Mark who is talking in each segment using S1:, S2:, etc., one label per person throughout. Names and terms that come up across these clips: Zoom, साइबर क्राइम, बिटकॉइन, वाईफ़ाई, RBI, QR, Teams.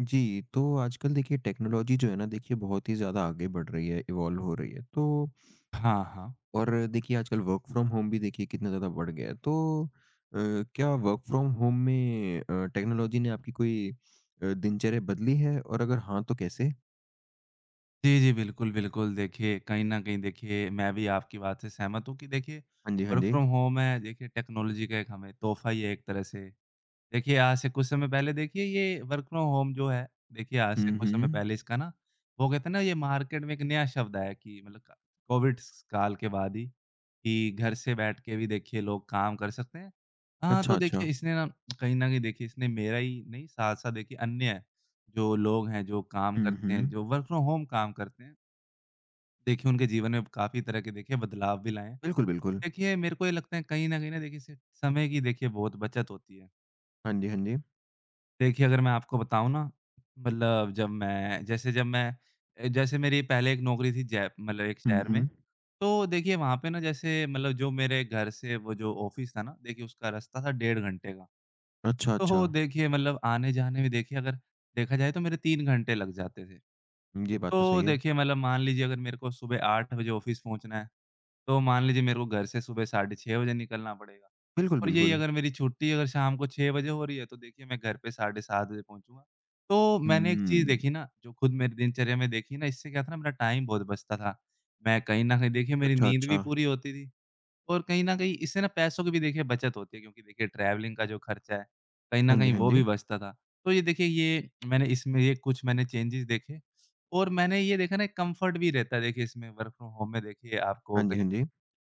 S1: जी, तो आजकल देखिए technology जो है ना देखिए बहुत ही ज़्यादा आगे बढ़ रही है, इवॉल्व हो रही है। तो
S2: हाँ, हाँ।
S1: और देखिए आजकल वर्क फ्रॉम होम भी देखिए कितना ज़्यादा बढ़ गया है। तो अ, क्या वर्क फ्रॉम होम में टेक्नोलॉजी ने आपकी कोई दिनचर्या बदली है? और अगर हाँ, तो कैसे?
S2: जी, जी, बिल्कुल, बिल्कुल। देखिए, कहीं न कहीं देखिए मैं भी आपकी बात से सहमत हूँ कि देखिए
S1: हाँ जी, हाँ
S2: वर्क
S1: जी।
S2: फ्रॉम होम है, देखिए टेक्नोलॉजी का एक हमें तोहफ़ा ही है एक तरह से। देखिए, आज से कुछ समय पहले देखिए ये वर्क फ्रॉम होम जो है, देखिए आज से
S1: हुँ,
S2: कुछ समय
S1: हुँ।
S2: पहले इसका ना, वो कहते हैं ना, ये मार्केट में एक नया शब्द आया कि मतलब क कोविड स काल के बाद ही, कि घर से बैठ के भी देखिए लोग काम कर सकते हैं। हाँ,
S1: अच्छा,
S2: तो देखिए
S1: अच्छा।
S2: इसने ना, कहीं न कहीं देखिए इसने मेरा ही नहीं, साथ-साथ देखिए अन्य जो लोग हैं, जो काम
S1: हुँ,
S2: करते हैं,
S1: हुँ।
S2: जो वर्क फ्रॉम होम काम करते हैं, देखिए उनके जीवन में काफ़ी तरह के देखिए बदलाव भी लाए हैं।
S1: बिल्कुल, बिल्कुल।
S2: देखिए मेरे को ये लगता है, कहीं न कहीं ना देखिए इससे समय की देखिए बहुत बचत होती है।
S1: हाँ जी, हाँ जी।
S2: देखिए, अगर मैं आपको बताऊँ ना, मतलब जब मैं, जैसे मेरी पहले एक नौकरी थी, जय मतलब एक
S1: हुँ,
S2: शहर में,
S1: हुँ।
S2: तो देखिए वहाँ पे ना, जैसे मतलब जो मेरे घर से वो जो ऑफ़िस था ना, देखिए उसका रास्ता था 1.5 घंटे का।
S1: अच्छा,
S2: तो
S1: अच्छा।
S2: देखिए मतलब आने-जाने में देखिए, अगर देखा जाए तो मेरे 3 घंटे लग जाते थे।
S1: ये बात तो
S2: तो
S1: सही है।
S2: देखिए मतलब मान लीजिए अगर मेरे को सुबह 8 बजे ऑफ़िस पहुँचना है, तो मान लीजिए मेरे को घर से सुबह साढ़े 6 बजे निकलना पड़ेगा।
S1: बिल्कुल,
S2: और यही
S1: बिल्कुल।
S2: अगर मेरी छुट्टी अगर शाम को 6 बजे हो रही है, तो देखिए मैं घर पे साढ़े 7 बजे पहुँचूँगा। तो मैंने एक चीज़
S1: हुँ।
S2: देखी ना, जो खुद मेरी दिनचर्या में देखी ना, इससे क्या था ना, मेरा टाइम बहुत बचता था। मैं कहीं न कहीं देखिए मेरी
S1: अच्छा,
S2: नींद भी
S1: अच्छा।
S2: पूरी होती थी, और कहीं न कहीं इससे ना पैसों की भी देखिए बचत होती है, क्योंकि देखिए ट्रैवलिंग का जो खर्चा है, कहीं न
S1: हाँ जी,
S2: कहीं
S1: हाँ
S2: वो भी
S1: जी।
S2: बचता था। तो ये देखिए, ये मैंने इसमें ये कुछ मैंने चेंजेज़ देखे, और मैंने ये देखा ना, एक कम्फ़र्ट भी रहता है देखिए इसमें वर्क फ्रॉम होम में, देखिए आपको
S1: हाँ जी,
S2: कहीं
S1: हाँ जी।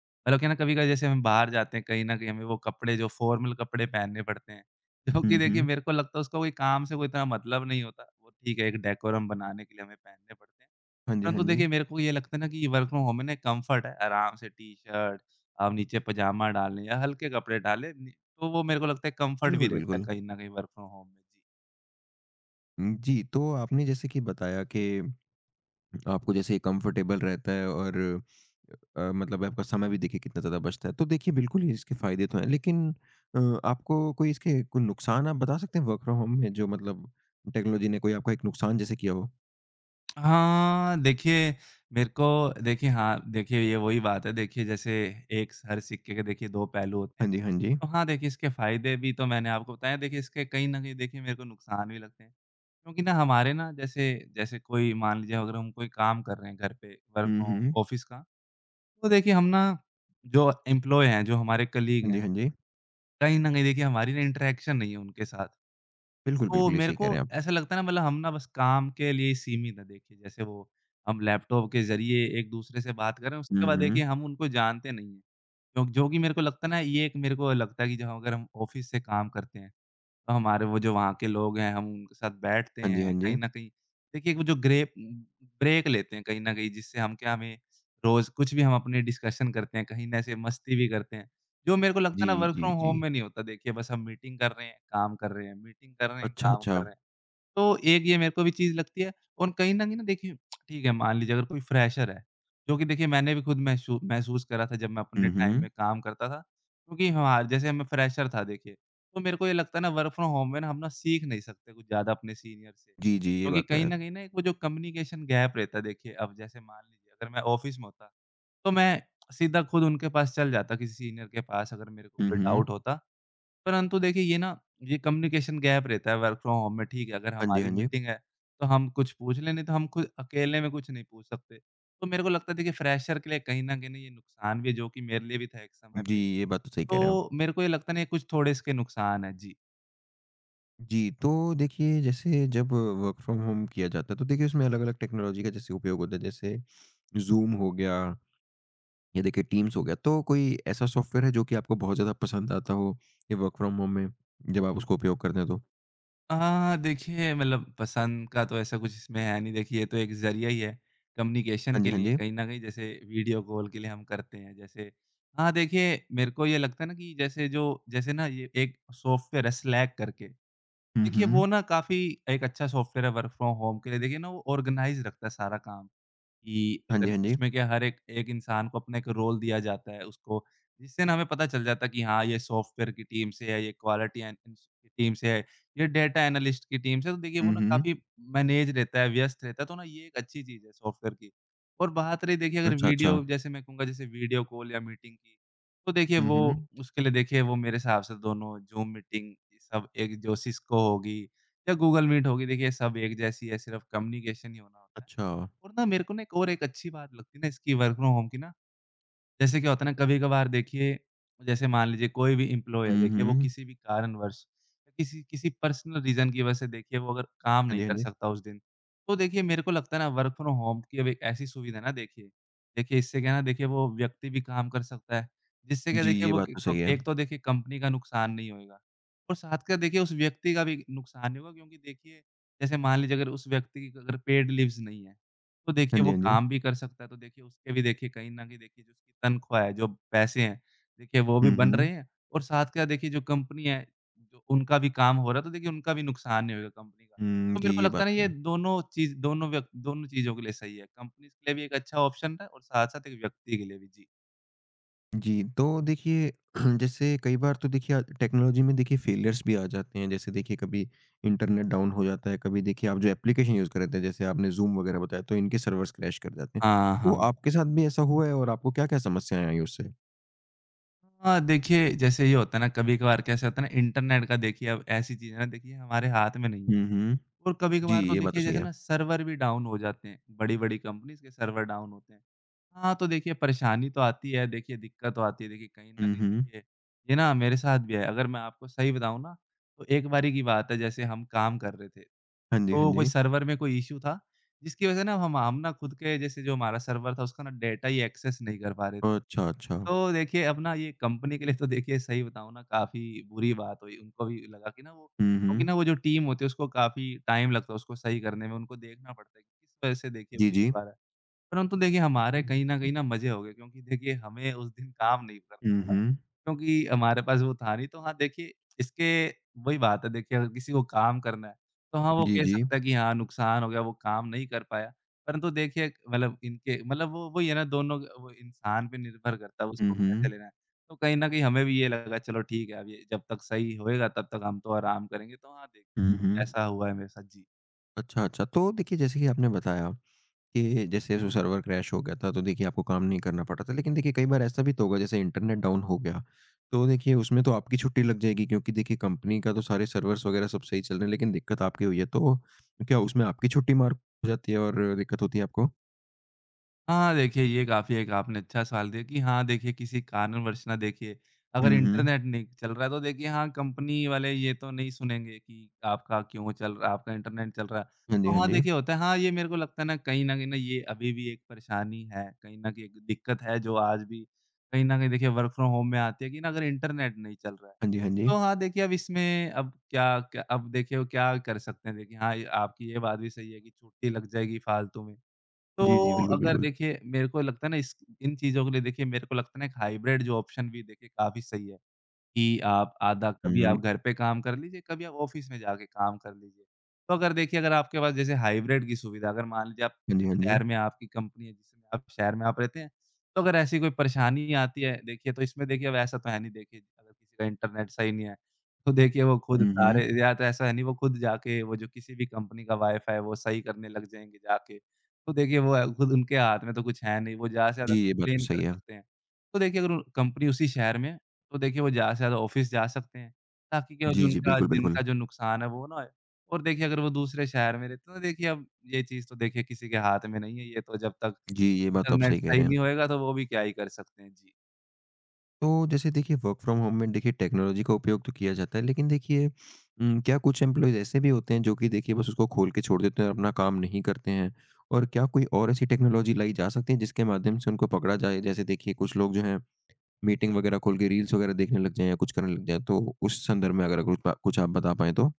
S2: मतलब क्या है ना, कभी-कभी जैसे हम बाहर जाते हैं, कहीं न कहीं हमें वो कपड़े, जो फॉर्मल कपड़े पहनने पड़ते हैं, जो कि
S1: हुँ,
S2: देखिए
S1: हुँ।
S2: मेरे को लगता है उसका कोई काम से कोई इतना मतलब नहीं होता। वो ठीक है, एक डेकोरम बनाने के लिए हमें पहनने पड़ते हैं।
S1: हाँ जी, हाँ
S2: परंतु
S1: जी।
S2: देखिए मेरे को ये लगता है ना, कि ये वर्क फ्रॉम होम में ना एक कम्फर्ट है, आराम से टी-शर्ट आप नीचे पजामा डाल लें या हल्के कपड़े डालें, नि तो वो मेरे को लगता है कम्फर्ट भी
S1: बिल्कुल,
S2: रहता है
S1: बिल्कुल।
S2: कहीं न कहीं वर्क फ्रॉम होम में। जी।
S1: जी, तो आपने जैसे कि बताया कि आपको जैसे कंफर्टेबल रहता है और मतलब आपका समय भी देखिए कितना ज़्यादा बचता है। तो देखिए बिल्कुल ही इसके फ़ायदे तो हैं लेकिन अ, आपको कोई इसके कोई नुकसान आप बता सकते हैं वर्क फ्रॉम होम में जो मतलब टेक्नोलॉजी ने कोई आपका एक नुकसान जैसे किया हो?
S2: हाँ, देखिए मेरे को देखिए, हाँ, देखिए ये वही बात है देखिए, जैसे एक हर सिक्के के देखिए 2 पहलू होते
S1: हाँ
S2: हैं।
S1: जी, हाँ जी।
S2: तो हाँ, देखिए इसके फ़ायदे भी तो मैंने आपको बताया। देखिए इसके कहीं न कहीं देखिए मेरे को नुकसान भी लगते हैं। क्योंकि ना हमारे ना, जैसे जैसे कोई मान लीजिए अगर हम कोई काम कर रहे हैं घर पे, वर्क
S1: हुँ,
S2: फ्रॉम
S1: हुँ।
S2: ऑफ़िस का, तो देखिए हम ना, जो एम्प्लॉयी हैं, जो हमारे कलीग
S1: हाँ जी,
S2: हैं,
S1: हाँ जी।
S2: कहीं न कहीं देखिए हमारी ना इंटरेक्शन नहीं है उनके साथ।
S1: बिल्कुल,
S2: तो
S1: बिल्कुल, ये
S2: मेरे
S1: सही
S2: को
S1: कह रहे हैं आप।
S2: ऐसा लगता है ना, मतलब हम ना बस काम के लिए ही सीमित हैं देखिए। जैसे वो हम लैपटॉप के ज़रिए एक-दूसरे से बात कर रहे हैं, उसके
S1: हुँ,
S2: बाद
S1: हुँ।
S2: देखिए हम उनको जानते नहीं हैं। जो जो कि मेरे को लगता है ना, ये एक मेरे को लगता है कि जब अगर हम ऑफ़िस से काम करते हैं, तो हमारे वो जो वहाँ के लोग हैं, हम उनके साथ बैठते
S1: हाँ जी, हाँ
S2: हैं,
S1: जी।
S2: कहीं न कहीं देखिए वो जो ग्रेप ब्रेक लेते हैं, कहीं न कहीं जिससे हम क्या, हमें रोज़ कुछ भी हम अपनी डिस्कशन करते हैं, कहीं न ऐसे मस्ती भी करते हैं। जो मेरे को लगता है
S1: जी,
S2: ना, वर्क
S1: जी,
S2: फ्रॉम
S1: जी।
S2: होम में नहीं होता, देखिए बस हम मीटिंग कर रहे हैं, काम कर रहे हैं, मीटिंग कर रहे हैं,
S1: अच्छा,
S2: काम
S1: अच्छा।
S2: कर रहे हैं। तो एक ये मेरे को भी चीज़ लगती है, और कहीं न कहीं ना देखिए, ठीक है, मान लीजिए अगर कोई फ्रेशर है, जो कि देखिए मैंने भी खुद महसूस करा था जब मैं अपने
S1: हुँ,
S2: टाइम
S1: हुँ।
S2: में काम करता था, क्योंकि हाँ, जैसे मैं फ्रेशर था देखिए, तो मेरे को ये लगता है ना, वर्क फ्रॉम होम में ना हम ना सीख नहीं सकते कुछ ज़्यादा अपने सीनियर से।
S1: जी, जी, ये
S2: क्योंकि
S1: बात तो
S2: कहीं
S1: है।
S2: न कहीं ना एक वो जो कम्युनिकेशन गैप रहता है देखिए, अब जैसे मान लीजिए अगर मैं ऑफ़िस में होता, तो मैं सीधा खुद उनके पास चल जाता, किसी सीनियर के पास, अगर मेरे को
S1: हुँ,
S2: कोई
S1: हुँ।
S2: डाउट होता। परंतु देखिए ये ना, ये कम्युनिकेशन गैप रहता है वर्क फ्रॉम होम में, ठीक है, अगर
S1: हाँ जी,
S2: हमारी
S1: हाँ जी।
S2: मीटिंग है, तो हम कुछ पूछ लें, नहीं तो हम खुद अकेले में कुछ नहीं पूछ सकते। तो मेरे को लगता है देखिए फ्रेशर के लिए कहीं न कहीं ये नुकसान भी है, जो कि मेरे लिए भी था एक समय
S1: जी,
S2: पे।
S1: ये बात तो सही कह रहे हैं आप।
S2: तो मेरे को ये लगता नहीं है, कुछ थोड़े इसके नुकसान हैं। जी।
S1: जी, तो देखिए जैसे जब वर्क फ्रॉम होम किया जाता है तो देखिए उसमें अलग-अलग टेक्नोलॉजी का जैसे उपयोग होता है जैसे ज़ूम हो गया या देखिए टीम्स हो गया। तो कोई ऐसा सॉफ्टवेयर है जो कि आपको बहुत ज़्यादा पसंद आता हो ये वर्क फ्रॉम होम में जब आप उसको उपयोग करते हैं तो?
S2: अ, देखिए मतलब पसंद का तो ऐसा कुछ इसमें है नहीं, देखिए ये तो एक ज़रिया ही है कम्युनिकेशन
S1: हाँ जी,
S2: के
S1: हाँ
S2: लिए,
S1: जी।
S2: कहीं न कहीं जैसे वीडियो कॉल के लिए हम करते हैं, जैसे हाँ, देखिए मेरे को ये लगता है ना, कि जैसे जो जैसे ना, ये एक सॉफ्टवेयर है स्लैक करके,
S1: हुँ,
S2: देखिए वो
S1: हुँ।
S2: ना काफ़ी एक अच्छा सॉफ्टवेयर है वर्क फ्रॉम होम के लिए। देखिए ना, वो ऑर्गनाइज़ रखता है सारा काम। कि
S1: हाँ जी,
S2: अगर
S1: हाँ जी।
S2: उसमें क्या, हर एक एक इंसान को अपना एक रोल दिया जाता है उसको, जिससे ना हमें पता चल जाता है कि, हाँ, ये सॉफ्टवेयर की टीम से है, ये क्वालिटी एन एन की टीम से है, ये डेटा एनालिस्ट की टीम से है। तो देखिए वो
S1: हुँ,
S2: ना
S1: हुँ।
S2: काफ़ी मैनेज रहता है, व्यस्त रहता है, तो ना ये एक अच्छी चीज़ है सॉफ्टवेयर की। और बात रही देखिए अगर
S1: अच्छा, अच्छा।
S2: वीडियो, जैसे मैं कहूँगा जैसे वीडियो कॉल या मीटिंग की, तो देखिए
S1: हुँ,
S2: वो
S1: हुँ।
S2: उसके लिए देखिए, वो मेरे हिसाब से दोनों ज़ूम मीटिंग, सब एक, जो सिस्को होगी या गूगल मीट होगी, देखिए सब एक जैसी है, सिर्फ़ कम्युनिकेशन ही होना होता है।
S1: अच्छा।
S2: और ना मेरे को ना एक और एक अच्छी बात लगती है ना इसकी वर्क फ्रॉम होम की ना, जैसे क्या होता है ना, कभी-कभार देखिए, जैसे मान लीजिए कोई भी एम्प्लॉयी है
S1: हुँ,
S2: देखिए, वो
S1: हुँ।
S2: किसी भी कारणवश, या किसी किसी पर्सनल रीज़न की वजह से देखिए, वो अगर काम
S1: हाँ
S2: नहीं
S1: जी, हाँ
S2: कर
S1: जी।
S2: सकता उस दिन, तो देखिए मेरे को लगता है ना, वर्क फ्रॉम होम की अब एक ऐसी सुविधा है ना देखिए, देखिए इससे क्या है ना, देखिए वो व्यक्ति भी काम कर सकता है, जिससे क्या,
S1: जी,
S2: देखिए
S1: ये
S2: वो
S1: बात
S2: एक
S1: तो
S2: तो
S1: सही है।
S2: एक तो देखिए कंपनी का नुकसान नहीं होएगा, और साथ का देखिए उस व्यक्ति का भी नुकसान नहीं होगा, क्योंकि देखिए, जैसे मान लीजिए अगर उस व्यक्ति की अगर पेड लीव्स नहीं है, तो
S1: हाँ
S2: देखिए
S1: जी,
S2: वो
S1: हाँ जी।
S2: काम भी कर सकता है, तो देखिए उसके भी देखिए कहीं न कहीं देखिए जो उसकी तनख्वाह है, जो पैसे हैं, देखिए वो भी
S1: हुँ,
S2: बन रहे
S1: हुँ।
S2: हैं, और साथ के साथ देखिए जो कंपनी है, जो उनका भी काम हो रहा है, तो देखिए उनका भी नुकसान नहीं होगा कंपनी का।
S1: हुँ,
S2: तो
S1: जी,
S2: मेरे को
S1: ये
S2: लगता
S1: बात
S2: है ना,
S1: तो
S2: ये
S1: है।
S2: दोनों चीज़ दोनों चीज़ों के लिए सही है। कंपनी के लिए भी एक अच्छा ऑप्शन है, और साथ-साथ एक व्यक्ति के लिए भी। जी।
S1: जी, तो देखिए जैसे कई बार तो देखिए टेक्नोलॉजी में देखिए फेलियर्स भी आ जाते हैं। जैसे देखिए कभी इंटरनेट डाउन हो जाता है, कभी देखिए आप जो एप्लीकेशन यूज़ कर रहे थे, जैसे आपने ज़ूम वगैरह बताया, तो इनके सर्वर्स क्रैश कर जाते हैं।
S2: हाँ,
S1: तो
S2: हाँ।
S1: आपके साथ भी ऐसा हुआ है और आपको क्या-क्या समस्याएँ आई उससे?
S2: हाँ, देखिए जैसे ये होता है ना कभी-कभार, कैसे होता है ना, इंटरनेट का देखिए अब ऐसी चीज़ है ना देखिए, हमारे हाथ में नहीं है।
S1: हुँ, हुँ।
S2: और
S1: जी,
S2: कभी-कभार तो
S1: ये बात तो
S2: देखिए
S1: सही
S2: जैसे
S1: है।
S2: ना सर्वर भी डाउन हो जाते हैं, बड़ी-बड़ी कंपनीज़ के सर्वर डाउन होते हैं। हाँ, तो देखिए परेशानी तो आती है, देखिए दिक्कत तो आती है, देखिए कहीं न
S1: हुँ,
S2: कहीं
S1: हुँ।
S2: देखिए ये ना मेरे साथ भी है। अगर मैं आपको सही बताऊँ ना, तो एक बारी की बात है, जैसे हम काम कर रहे थे,
S1: हाँ जी, हाँ
S2: तो कोई
S1: जी।
S2: सर्वर में कोई इश्यू था, जिसकी वजह से ना हम ना खुद के जैसे, जो हमारा सर्वर था, उसका ना डेटा ही एक्सेस नहीं कर पा रहे थे।
S1: अच्छा, अच्छा।
S2: तो देखिए अब ना ये कंपनी के लिए तो देखिए, सही बताऊँ ना, काफ़ी बुरी बात हुई। उनको भी लगा कि ना वो,
S1: हुँ,
S2: क्योंकि
S1: हुँ।
S2: ना वो जो टीम होती है, उसको काफ़ी टाइम लगता है उसको सही करने में, उनको देखना पड़ता है कि किस वजह से देखिए
S1: जी,
S2: वो इस
S1: जी।
S2: बार है। परंतु देखिए हमारे कहीं न कहीं ना मज़े हो गए, क्योंकि देखिए हमें उस दिन काम नहीं करना
S1: हुँ,
S2: पड़ा।
S1: हुँ।
S2: क्योंकि हमारे पास वो था नहीं, तो हाँ, देखिए इसके वही बात है देखिए, अगर किसी को काम करना है, तो हाँ, वो
S1: जी,
S2: कह
S1: जी।
S2: सकता है कि, हाँ, नुकसान हो गया, वो काम नहीं कर पाया। परंतु देखिए मतलब इनके, मतलब वो वही है ना, दोनों वो इंसान पे निर्भर करता है
S1: हुँ,
S2: उसको कैसे
S1: हुँ।
S2: लेना है। तो कहीं न कहीं हमें भी ये लगा, चलो ठीक है, अब ये जब तक सही होएगा तब तक हम तो आराम करेंगे। तो हाँ,
S1: हुँ,
S2: देखिए
S1: हुँ।
S2: ऐसा हुआ है मेरे साथ। जी।
S1: अच्छा, अच्छा। तो देखिए जैसे कि आपने बताया कि जैसे जो सर्वर क्रैश हो गया था, तो देखिए आपको काम नहीं करना पड़ा था। लेकिन देखिए कई बार ऐसा भी तो होगा जैसे इंटरनेट डाउन हो गया, तो देखिए उसमें तो आपकी छुट्टी लग जाएगी क्योंकि देखिए कंपनी का तो सारे सर्वर्स वगैरह सब सही चल रहे हैं, लेकिन दिक्कत आपकी हुई है। तो क्या उसमें आपकी छुट्टी मार हो जाती है और दिक्कत होती है आपको?
S2: हाँ, देखिए ये काफ़ी एक आपने अच्छा सवाल दिया कि हाँ, देखिए किसी कारणवश ना, देखिए अगर
S1: हुँ, हुँ।
S2: इंटरनेट नहीं चल रहा है तो देखिए हाँ, कंपनी वाले ये तो नहीं सुनेंगे कि आपका क्यों चल रहा है, आपका इंटरनेट चल रहा है।
S1: हाँ जी,
S2: तो
S1: हाँ
S2: हाँ,
S1: जी।
S2: देखिए होता है। हाँ, ये मेरे को लगता है ना, कहीं न कहीं ना ये अभी भी एक परेशानी है, कहीं न कहीं एक दिक्कत है जो आज भी कहीं न कहीं देखिए वर्क फ्रॉम होम में आती है, कि ना अगर इंटरनेट नहीं चल रहा है।
S1: हाँ जी, हाँ जी।
S2: तो हाँ, देखिए अब इसमें, अब क्या क्या अब देखिए वो क्या कर सकते हैं। देखिए हाँ, ये आपकी ये बात भी सही है कि छुट्टी लग जाएगी फालतू में।
S1: जी, जी,
S2: तो
S1: बिल्कुल,
S2: अगर
S1: बिल्कुल।
S2: देखिए, मेरे को लगता है ना इस इन चीज़ों के लिए, देखिए मेरे को लगता है ना एक हाइब्रिड जो ऑप्शन भी देखिए काफ़ी सही है। कि आप आधा
S1: हुँ,
S2: कभी आप
S1: हुँ।
S2: घर पे काम कर लीजिए, कभी आप ऑफ़िस में जाके काम कर लीजिए। तो अगर देखिए, अगर आपके पास जैसे हाइब्रिड की सुविधा, अगर मान लीजिए आप,
S1: हाँ जी, हाँ जी।
S2: शहर में आपकी कंपनी है जिसमें आप शहर में आप रहते हैं, तो अगर ऐसी कोई परेशानी आती है देखिए, तो इसमें देखिए अब ऐसा तो है नहीं, देखिए अगर किसी का इंटरनेट सही नहीं है, तो देखिए वो खुद
S1: हुँ, हुँ।
S2: सारे, या तो ऐसा है नहीं, वो खुद जाके वो जो किसी भी कंपनी का वाई-फाई है वो सही करने लग जाएँगे जाके। तो देखिए खुद उनके हाथ में तो कुछ है नहीं, वो ज़्यादा से
S1: जी,
S2: ज़्यादा
S1: ये बात तो
S2: कंप्लेन कर
S1: सही है।
S2: सकते हैं। तो देखिए अगर कंपनी उसी शहर में है, तो देखिए वो ज़्यादा से ज़्यादा ऑफ़िस जा सकते हैं, ताकि क्या हो, जो
S1: जी, जी,
S2: उनका
S1: बिल्कुल,
S2: दिन
S1: बिल्कुल।
S2: का जो नुकसान है वो ना होए। और देखिए अगर वो दूसरे शहर में रहते हैं, तो देखिए अब ये चीज़ तो देखिए किसी के हाथ में नहीं है, ये तो जब तक
S1: जी, ये बात तो आप
S2: इंटरनेट
S1: सही कह रहे
S2: सही
S1: हैं।
S2: नहीं होएगा तो वो भी क्या ही कर सकते हैं। जी।
S1: तो जैसे देखिए वर्क फ्रॉम होम में देखिए टेक्नोलॉजी का उपयोग तो किया जाता है लेकिन देखिए क्या कुछ एम्प्लॉइज़ ऐसे भी होते हैं जो कि देखिए बस उसको खोल के छोड़ देते हैं और अपना काम नहीं करते हैं? और क्या कोई और ऐसी टेक्नोलॉजी लाई जा सकती है जिसके माध्यम से उनको पकड़ा जाए? जैसे देखिए कुछ लोग जो हैं मीटिंग वगैरह खोल के रील्स वगैरह देखने लग जाएँ या कुछ करने लग जाएँ, तो उस संदर्भ में अगर कुछ बा कुछ आप बता पाएँ तो?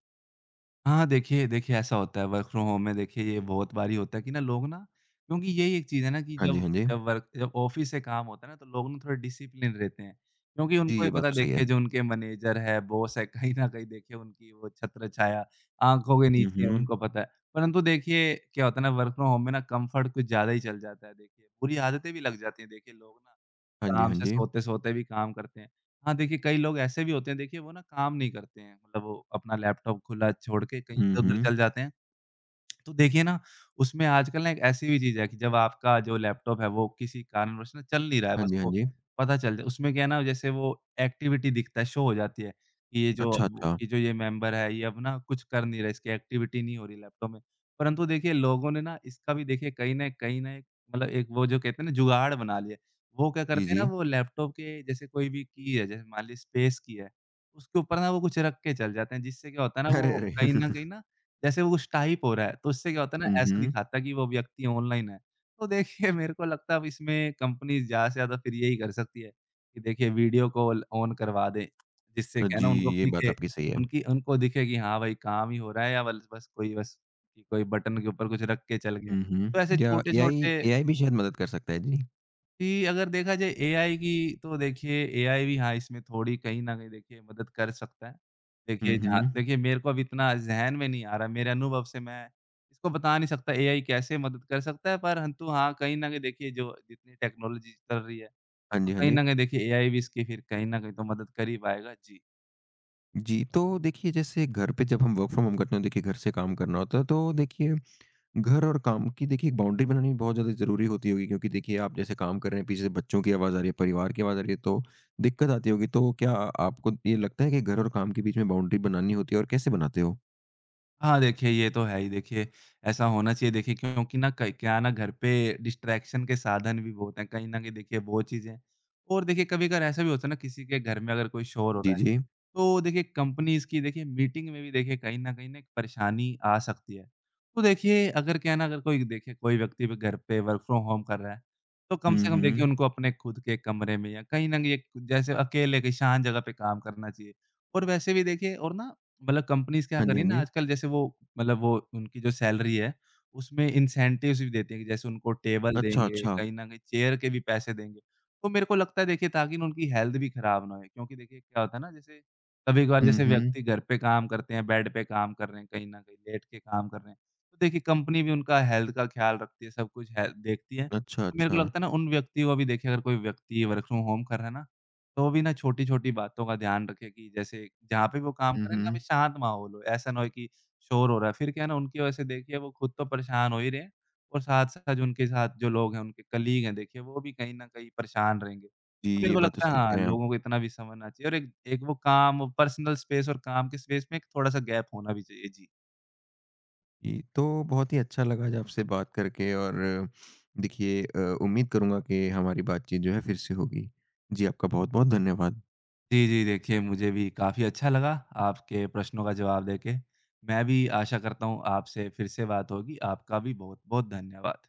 S2: हाँ, देखिए देखिए, ऐसा होता है वर्क फ्रॉम होम में। देखिए ये बहुत बारी होता है कि ना लोग ना, क्योंकि यही एक चीज़ है ना कि
S1: हाँ जी,
S2: जब
S1: हाँ जी।
S2: जब वर्क जब ऑफ़िस से काम होता है ना, तो लोग ना थोड़े डिसिप्लिन रहते हैं। क्योंकि उनको
S1: जी,
S2: भी
S1: ये बात
S2: पता,
S1: तो सही है।
S2: देखिए जो उनके मैनेजर है, बॉस है, कहीं न कहीं देखिए उनकी वो छत्रछाया आँखों के
S1: हुँ,
S2: नीचे है,
S1: हुँ।
S2: उनको पता है। परंतु देखिए क्या होता है ना, वर्क फ्रॉम होम में ना कम्फ़र्ट कुछ ज़्यादा ही चल जाता है देखिए। बुरी आदतें भी लग जाती हैं, देखिए लोग ना
S1: हाँ जी,
S2: आराम
S1: हाँ
S2: से
S1: जी।
S2: सोते-सोते भी काम करते हैं। हाँ, देखिए कई लोग ऐसे भी होते हैं, देखिए वो ना काम नहीं करते हैं, मतलब वो अपना लैपटॉप खुला छोड़ के कहीं
S1: हुँ,
S2: इधर-उधर
S1: हुँ।
S2: चल जाते हैं। तो देखिए ना, उसमें आजकल ना एक ऐसी भी चीज़ है कि जब आपका जो लैपटॉप है वो किसी कारणवश ना चल नहीं रहा है,
S1: हाँ
S2: बस
S1: जी, हाँ
S2: वो
S1: जी।
S2: पता चल जाए, उसमें क्या है ना, जैसे वो एक्टिविटी दिखता है, शो हो जाती है कि ये जो
S1: अच्छा,
S2: अब
S1: अच्छा।
S2: ये जो ये मेंबर है, ये अब ना कुछ कर नहीं रहा, इसकी एक्टिविटी नहीं हो रही लैपटॉप में। परंतु देखिए लोगों ने ना इसका भी, देखिए कहीं न कहीं ना एक, मतलब एक वो जो कहते हैं ना, जुगाड़ बना लिया। वो क्या
S1: जी,
S2: करते हैं ना,
S1: जी।
S2: वो लैपटॉप के जैसे कोई भी की है, जैसे मान लीजिए स्पेस की है, उसके ऊपर ना वो कुछ रख के चल जाते हैं, जिससे क्या होता है ना
S1: अरे,
S2: वो
S1: अरे!
S2: कहीं न कहीं ना, जैसे वो कुछ टाइप हो रहा है, तो उससे क्या होता है ना,
S1: हुँ,
S2: ऐसा
S1: हुँ।
S2: दिखाता है कि वो व्यक्ति ऑनलाइन है। तो देखिए मेरे को लगता है अब इसमें कंपनीज़ ज़्यादा से ज़्यादा फिर यही कर सकती है, कि देखिए वीडियो कॉल ऑन करवा दें, जिससे क्या है
S1: जी,
S2: ना उनको
S1: ये बात
S2: दिखे,
S1: आपकी सही है।
S2: उनकी उनको दिखे कि हाँ भाई काम ही हो रहा है, या बल बस कोई, बस कि कोई बटन के ऊपर कुछ रख के चल गया।
S1: हुँ,
S2: तो ऐसे
S1: हुँ। या एआई
S2: छोटे-छोटे,
S1: एआई भी शायद मदद कर सकता है, जी।
S2: कि अगर देखा जाए एआई की, तो देखिए एआई भी हाँ, इसमें थोड़ी कहीं न कहीं देखिए मदद कर सकता है।
S1: हुँ,
S2: देखिए जहाँ
S1: हुँ।
S2: देखिए, मेरे को अब इतना ज़हन में नहीं आ रहा, मेरे अनुभव से मैं इसको बता नहीं सकता एआई कैसे मदद कर सकता है, परंतु हाँ, कहीं न कहीं देखिए जो जितनी टेक्नोलॉजी चल रही है,
S1: हाँ
S2: तो
S1: जी, हाँ
S2: कहीं
S1: जी।
S2: न कहीं देखिए एआई भी इसकी फिर कहीं न कहीं तो मदद कर ही पाएगा। जी।
S1: जी, तो देखिए जैसे घर पे जब हम वर्क फ्रॉम होम करते हैं, देखिए घर से काम करना होता है, तो देखिए घर और काम की देखिए एक बाउंड्री बनानी बहुत ज़्यादा ज़रूरी होती होगी क्योंकि देखिए आप जैसे काम कर रहे हैं, पीछे से बच्चों की आवाज़ आ रही है, परिवार की आवाज़ आ रही है, तो दिक्कत आती होगी। तो क्या आपको ये लगता है कि घर और काम के बीच में बाउंड्री बनानी होती है और कैसे बनाते हो?
S2: हाँ, देखिए ये तो है ही देखिए, ऐसा होना चाहिए देखिए, क्योंकि ना कई, क्या है ना, घर पे डिस्ट्रैक्शन के साधन भी बहुत हैं, कहीं न कहीं देखिए वो चीज़ें, और देखिए कभी-कभार ऐसा भी होता है ना, किसी के घर में अगर कोई शोर हो रहा
S1: जी,
S2: है,
S1: जी।
S2: तो देखिए कंपनीज़ की देखिए मीटिंग में भी देखिए कहीं न कहीं ना एक परेशानी आ सकती है। तो देखिए अगर क्या है ना, अगर कोई व्यक्ति भी घर पे वर्क फ्रॉम होम कर रहा है, तो कम
S1: हुँ,
S2: से कम देखिए
S1: हुँ।
S2: उनको अपने खुद के कमरे में या कहीं न कहीं एक, जैसे अकेले एक शांत जगह पे काम करना चाहिए। और वैसे भी देखिए और ना, मतलब कंपनीज़ क्या
S1: हाँ
S2: कर
S1: जी,
S2: रही
S1: हाँ
S2: है ना
S1: जी।
S2: आजकल, जैसे वो उनकी जो सैलरी है, उसमें इंसेंटिव्स भी देती है, कि जैसे उनको टेबल
S1: अच्छा,
S2: देंगे,
S1: अच्छा।
S2: कहीं न कहीं चेयर के भी पैसे देंगे। तो मेरे को लगता है देखिए, ताकि ना उनकी हेल्थ भी खराब ना होए, क्योंकि देखिए क्या होता है ना, जैसे कभी-कभार
S1: हुँ,
S2: जैसे
S1: हुँ।
S2: व्यक्ति घर पे काम करते हैं, बेड पे काम कर रहे हैं, कहीं न कहीं लेट के काम कर रहे हैं। तो देखिए कंपनी भी उनका हेल्थ का ख़्याल रखती है, सब कुछ है देखती है।
S1: अच्छा,
S2: तो मेरे को
S1: अच्छा।
S2: लगता है ना उन व्यक्ति को भी, देखिए अगर कोई व्यक्ति वर्क फ्रॉम होम कर रहा है ना, तो वो भी ना छोटी-छोटी बातों का ध्यान रखे, कि जैसे जहाँ पे वो काम
S1: हुँ,
S2: करें ना, अभी
S1: हुँ।
S2: शांत माहौल हो। ऐसा ना हो कि शोर हो रहा है। फिर क्या है ना, उनकी वजह से देखिए वो खुद तो परेशान हो ही रहे हैं, और साथ-साथ उनके साथ जो लोग हैं, उनके कलीग हैं, देखिए वो भी कहीं न कहीं परेशान रहेंगे।
S1: जी,
S2: मेरे
S1: ये
S2: को
S1: बात तो
S2: लगता है
S1: सही कह
S2: हाँ,
S1: रहे हैं आप।
S2: लोगों को इतना भी समझना चाहिए, और एक एक वो काम पर्सनल स्पेस और काम के स्पेस में एक थोड़ा-सा गैप होना भी चाहिए। जी।
S1: जी, तो बहुत ही अच्छा लगा आज आपसे बात करके और देखिए उम्मीद करूँगा कि हमारी बातचीत जो है फिर से होगी। जी, आपका बहुत-बहुत धन्यवाद।
S2: जी, जी, देखिए मुझे भी काफ़ी अच्छा लगा आपके प्रश्नों का जवाब देके। मैं भी आशा करता हूँ आपसे फिर से बात होगी। आपका भी बहुत-बहुत धन्यवाद।